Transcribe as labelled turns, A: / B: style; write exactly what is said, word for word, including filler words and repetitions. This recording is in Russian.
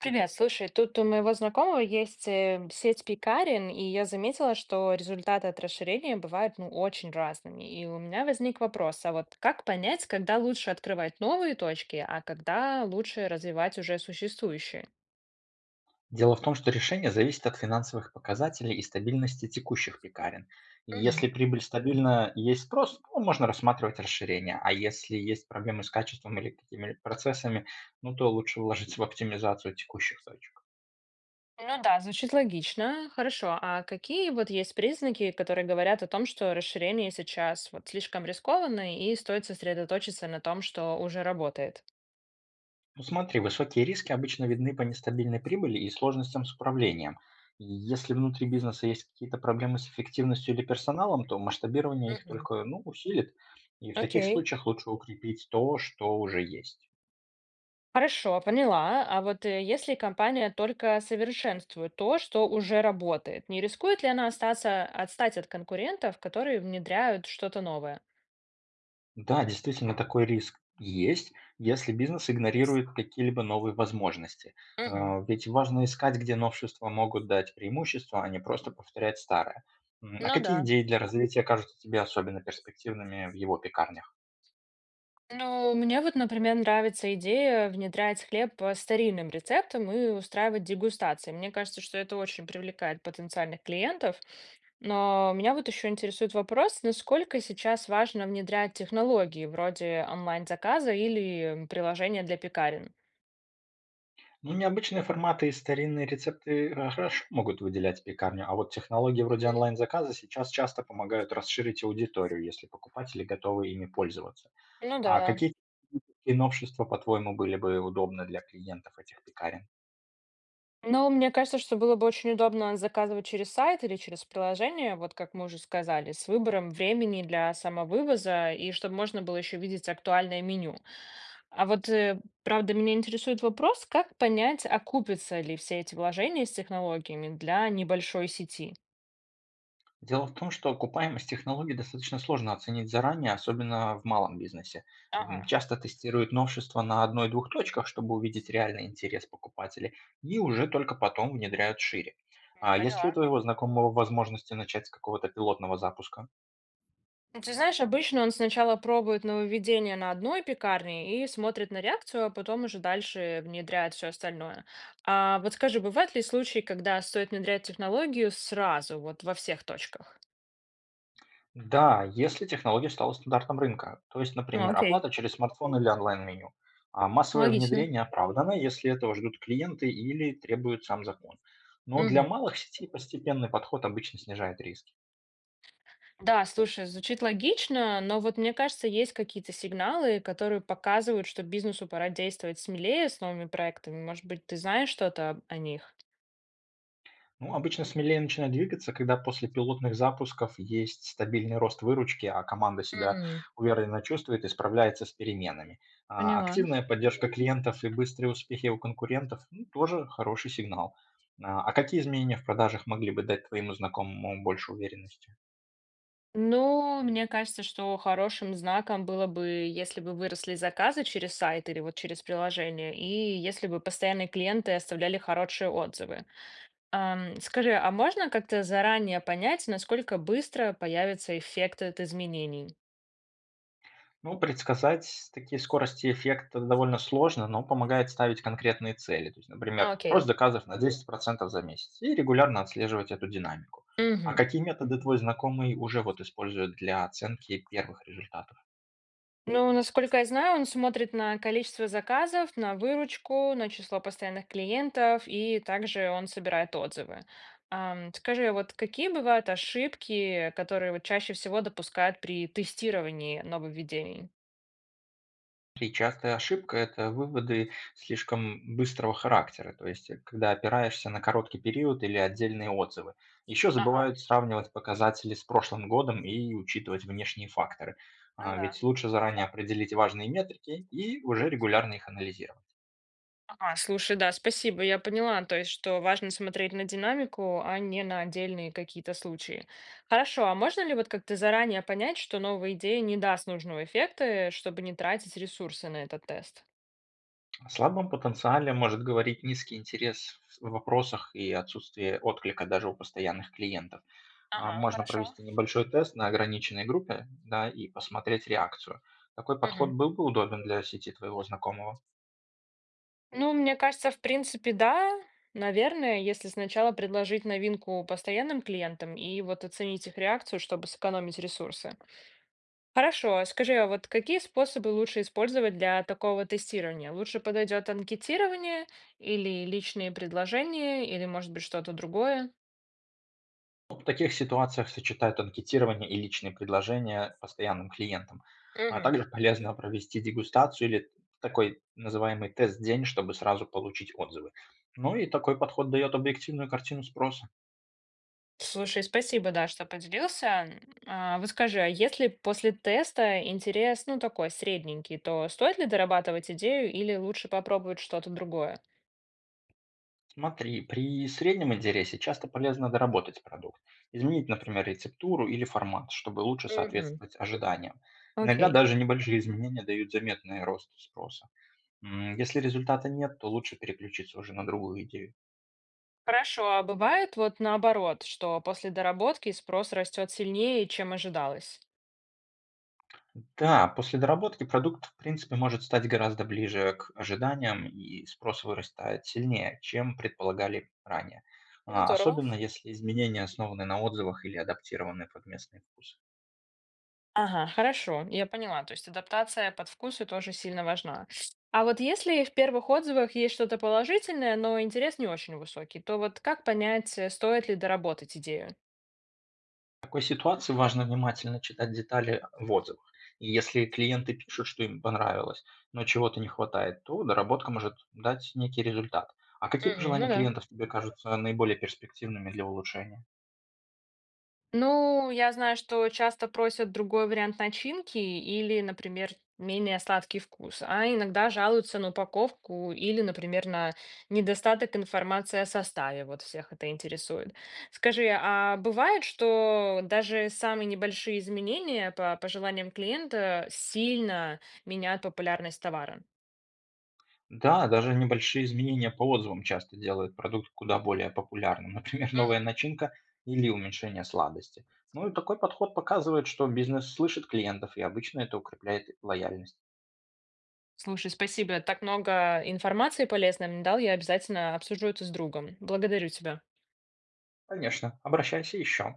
A: Привет, слушай, тут у моего знакомого есть э, сеть пекарен, и я заметила, что результаты от расширения бывают, ну, очень разными. И у меня возник вопрос, а вот как понять, когда лучше открывать новые точки, а когда лучше развивать уже существующие?
B: Дело в том, что решение зависит от финансовых показателей и стабильности текущих пекарен. И
A: Мгм.
B: Если прибыль стабильна и есть спрос, то можно рассматривать расширение. А если есть проблемы с качеством или какими-либо процессами, ну то лучше вложиться в оптимизацию текущих точек.
A: Ну да, звучит логично. Хорошо. А какие вот есть признаки, которые говорят о том, что расширение сейчас вот слишком рискованно и стоит сосредоточиться на том, что уже работает?
B: Ну смотри, высокие риски обычно видны по нестабильной прибыли и сложностям с управлением. И если внутри бизнеса есть какие-то проблемы с эффективностью или персоналом, то масштабирование их
A: Мгм.
B: только ну, усилит. И в таких
A: Окей.
B: случаях лучше укрепить то, что уже есть.
A: Хорошо, поняла. А вот э, если компания только совершенствует то, что уже работает, не рискует ли она остаться, отстать от конкурентов, которые внедряют что-то новое?
B: Да, действительно, такой риск есть, если бизнес игнорирует какие-либо новые возможности.
A: Мгм.
B: А, Ведь важно искать, где новшества могут дать преимущество, а не просто повторять старое. М, А
A: Ну да.
B: какие идеи для развития кажутся тебе особенно перспективными в его пекарнях?
A: Ну, мне вот, например, нравится идея внедрять хлеб по старинным рецептам и устраивать дегустации. Мне кажется, что это очень привлекает потенциальных клиентов. Но меня вот еще интересует вопрос, насколько сейчас важно внедрять технологии вроде онлайн-заказа или м, приложения для пекарен?
B: Ну, необычные форматы и старинные рецепты э, хорошо могут выделять пекарню, а вот технологии вроде
A: Мгм.
B: онлайн-заказа сейчас часто помогают расширить аудиторию, если покупатели готовы ими пользоваться.
A: Ну да,
B: А
A: да.
B: какие технические новшества, по-твоему, были бы удобны для клиентов этих пекарен?
A: Но мне кажется, что было бы очень удобно заказывать через сайт или через приложение, вот как мы уже сказали, с выбором времени для самовывоза и чтобы можно было еще видеть актуальное меню. А вот, э, правда, меня интересует вопрос, как понять, окупятся ли все эти вложения с технологиями для небольшой сети?
B: Дело в том, что окупаемость технологий достаточно сложно оценить заранее, особенно в малом бизнесе. М,
A: Ага,
B: Часто тестируют новшества на одной-двух точках, чтобы увидеть реальный интерес покупателей, и уже только потом внедряют шире.
A: м,
B: А есть ли у
A: поняла.
B: твоего знакомого возможности начать с какого-то пилотного запуска?
A: Ну, ты знаешь, обычно он сначала пробует нововведение на одной пекарне и смотрит на реакцию, а потом уже дальше внедряет все остальное. А вот скажи, бывают ли случаи, когда стоит внедрять технологию сразу, вот во всех точках?
B: Да, если технология стала стандартом рынка, то есть,
A: Ну,
B: например,
A: окей,
B: оплата через смартфон или онлайн-меню. А массовое
A: логично.
B: внедрение оправдано, если этого ждут клиенты или требует сам закон. Но для
A: Мгм.
B: малых сетей постепенный подход обычно снижает риски.
A: Да, слушай, звучит логично, но вот мне кажется, есть какие-то сигналы, которые показывают, что бизнесу пора действовать смелее с новыми проектами. Может быть, ты знаешь что-то об- о них?
B: Ну, обычно смелее начинать двигаться, когда после пилотных запусков есть стабильный рост выручки, а команда себя
A: М,
B: уверенно чувствует и справляется с переменами. А
A: поняла.
B: активная поддержка клиентов и быстрые успехи у конкурентов ну, тоже хороший сигнал. А а какие изменения в продажах могли бы дать твоему знакомому больше уверенности?
A: Ну, мне кажется, что хорошим знаком было бы, если бы выросли заказы через сайт или вот через приложение, и если бы постоянные клиенты оставляли хорошие отзывы. Ам, скажи, а можно как-то заранее понять, насколько быстро появится эффект от изменений?
B: Ну, предсказать такие скорости эффекта довольно сложно, но помогает ставить конкретные цели. То есть,
A: А,
B: например, рост
A: окей.
B: заказов на десять процентов за месяц и регулярно отслеживать эту динамику. А
A: Мгм.
B: какие методы твой знакомый уже вот использует для оценки первых результатов?
A: Ну, насколько я знаю, он смотрит на количество заказов, на выручку, на число постоянных клиентов, и также он собирает отзывы. Ам, скажи, вот какие бывают ошибки, которые вот чаще всего допускают при тестировании нововведений?
B: И частая ошибка– это выводы слишком быстрого характера, то есть э, когда опираешься на короткий период или отдельные отзывы. Еще
A: Ага,
B: забывают сравнивать показатели с прошлым годом и учитывать внешние факторы.
A: ну
B: А,
A: да.
B: Ведь лучше заранее определить важные метрики и уже регулярно их анализировать.
A: Ага, слушай, да, спасибо, я поняла, то есть, что важно смотреть на динамику, а не на отдельные какие-то случаи. Хорошо, а можно ли вот как-то заранее понять, что новая идея не даст нужного эффекта, э, чтобы не тратить ресурсы на этот тест?
B: О слабом потенциале может говорить низкий интерес в вопросах и отсутствие отклика даже у постоянных клиентов. А,
A: Ага,
B: Можно
A: хорошо.
B: провести небольшой тест на ограниченной группе, да, и посмотреть реакцию. Такой подход
A: Мгм.
B: был бы удобен для сети твоего знакомого.
A: Ну, мне кажется, в принципе, да. Наверное, если сначала предложить новинку постоянным клиентам и вот оценить их реакцию, чтобы сэкономить ресурсы. Хорошо, а скажи, а вот какие способы лучше использовать для такого тестирования? Лучше подойдет анкетирование или личные предложения, или, может быть, что-то другое?
B: В таких ситуациях сочетают анкетирование и личные предложения постоянным клиентам. А
A: Мгм.
B: также полезно провести дегустацию или такой называемый тест-день, чтобы сразу получить отзывы. Ну и такой подход дает объективную картину спроса.
A: Слушай, спасибо, да, что поделился. М, а, вот скажи, а если после теста интерес, ну, такой средненький, то стоит ли дорабатывать идею или лучше попробовать что-то другое?
B: Смотри, при среднем интересе часто полезно доработать продукт, изменить, например, рецептуру или формат, чтобы лучше
A: Мгм.
B: соответствовать ожиданиям. Иногда
A: Окей.
B: даже небольшие изменения дают заметный рост спроса. М, Если результата нет, то лучше переключиться уже на другую идею.
A: Хорошо, а бывает вот наоборот, что после доработки спрос растет сильнее, чем ожидалось?
B: Да, после доработки продукт, в принципе, может стать гораздо ближе к ожиданиям, и спрос вырастает сильнее, чем предполагали ранее. А,
A: Здорово.
B: Особенно если изменения основаны на отзывах или адаптированы под местные вкусы.
A: Ага, хорошо, я поняла. То есть адаптация под вкусы тоже сильно важна. А вот если в первых отзывах есть что-то положительное, но интерес не очень высокий, то вот как понять, э, стоит ли доработать идею?
B: В такой ситуации важно внимательно читать детали в отзывах. И если клиенты пишут, что им понравилось, но чего-то не хватает, то доработка может дать некий результат. А какие
A: Мгм, ну
B: пожелания
A: да.
B: клиентов тебе кажутся наиболее перспективными для улучшения?
A: Ну, я знаю, что часто просят другой вариант начинки или, например, менее сладкий вкус, а иногда жалуются на упаковку или, например, на недостаток информации о составе. Вот всех это интересует. Скажи, а бывает, что даже самые небольшие изменения по пожеланиям клиента сильно меняют популярность товара?
B: Да, даже небольшие изменения по отзывам часто делают продукт куда более популярным. Например, новая
A: Мгм.
B: начинка или уменьшение сладости. Ну и такой подход показывает, что бизнес слышит клиентов, и обычно это укрепляет лояльность.
A: Слушай, спасибо. Так много информации полезной мне дал. Я обязательно обсужу это с другом. Благодарю тебя.
B: Конечно, обращайся еще.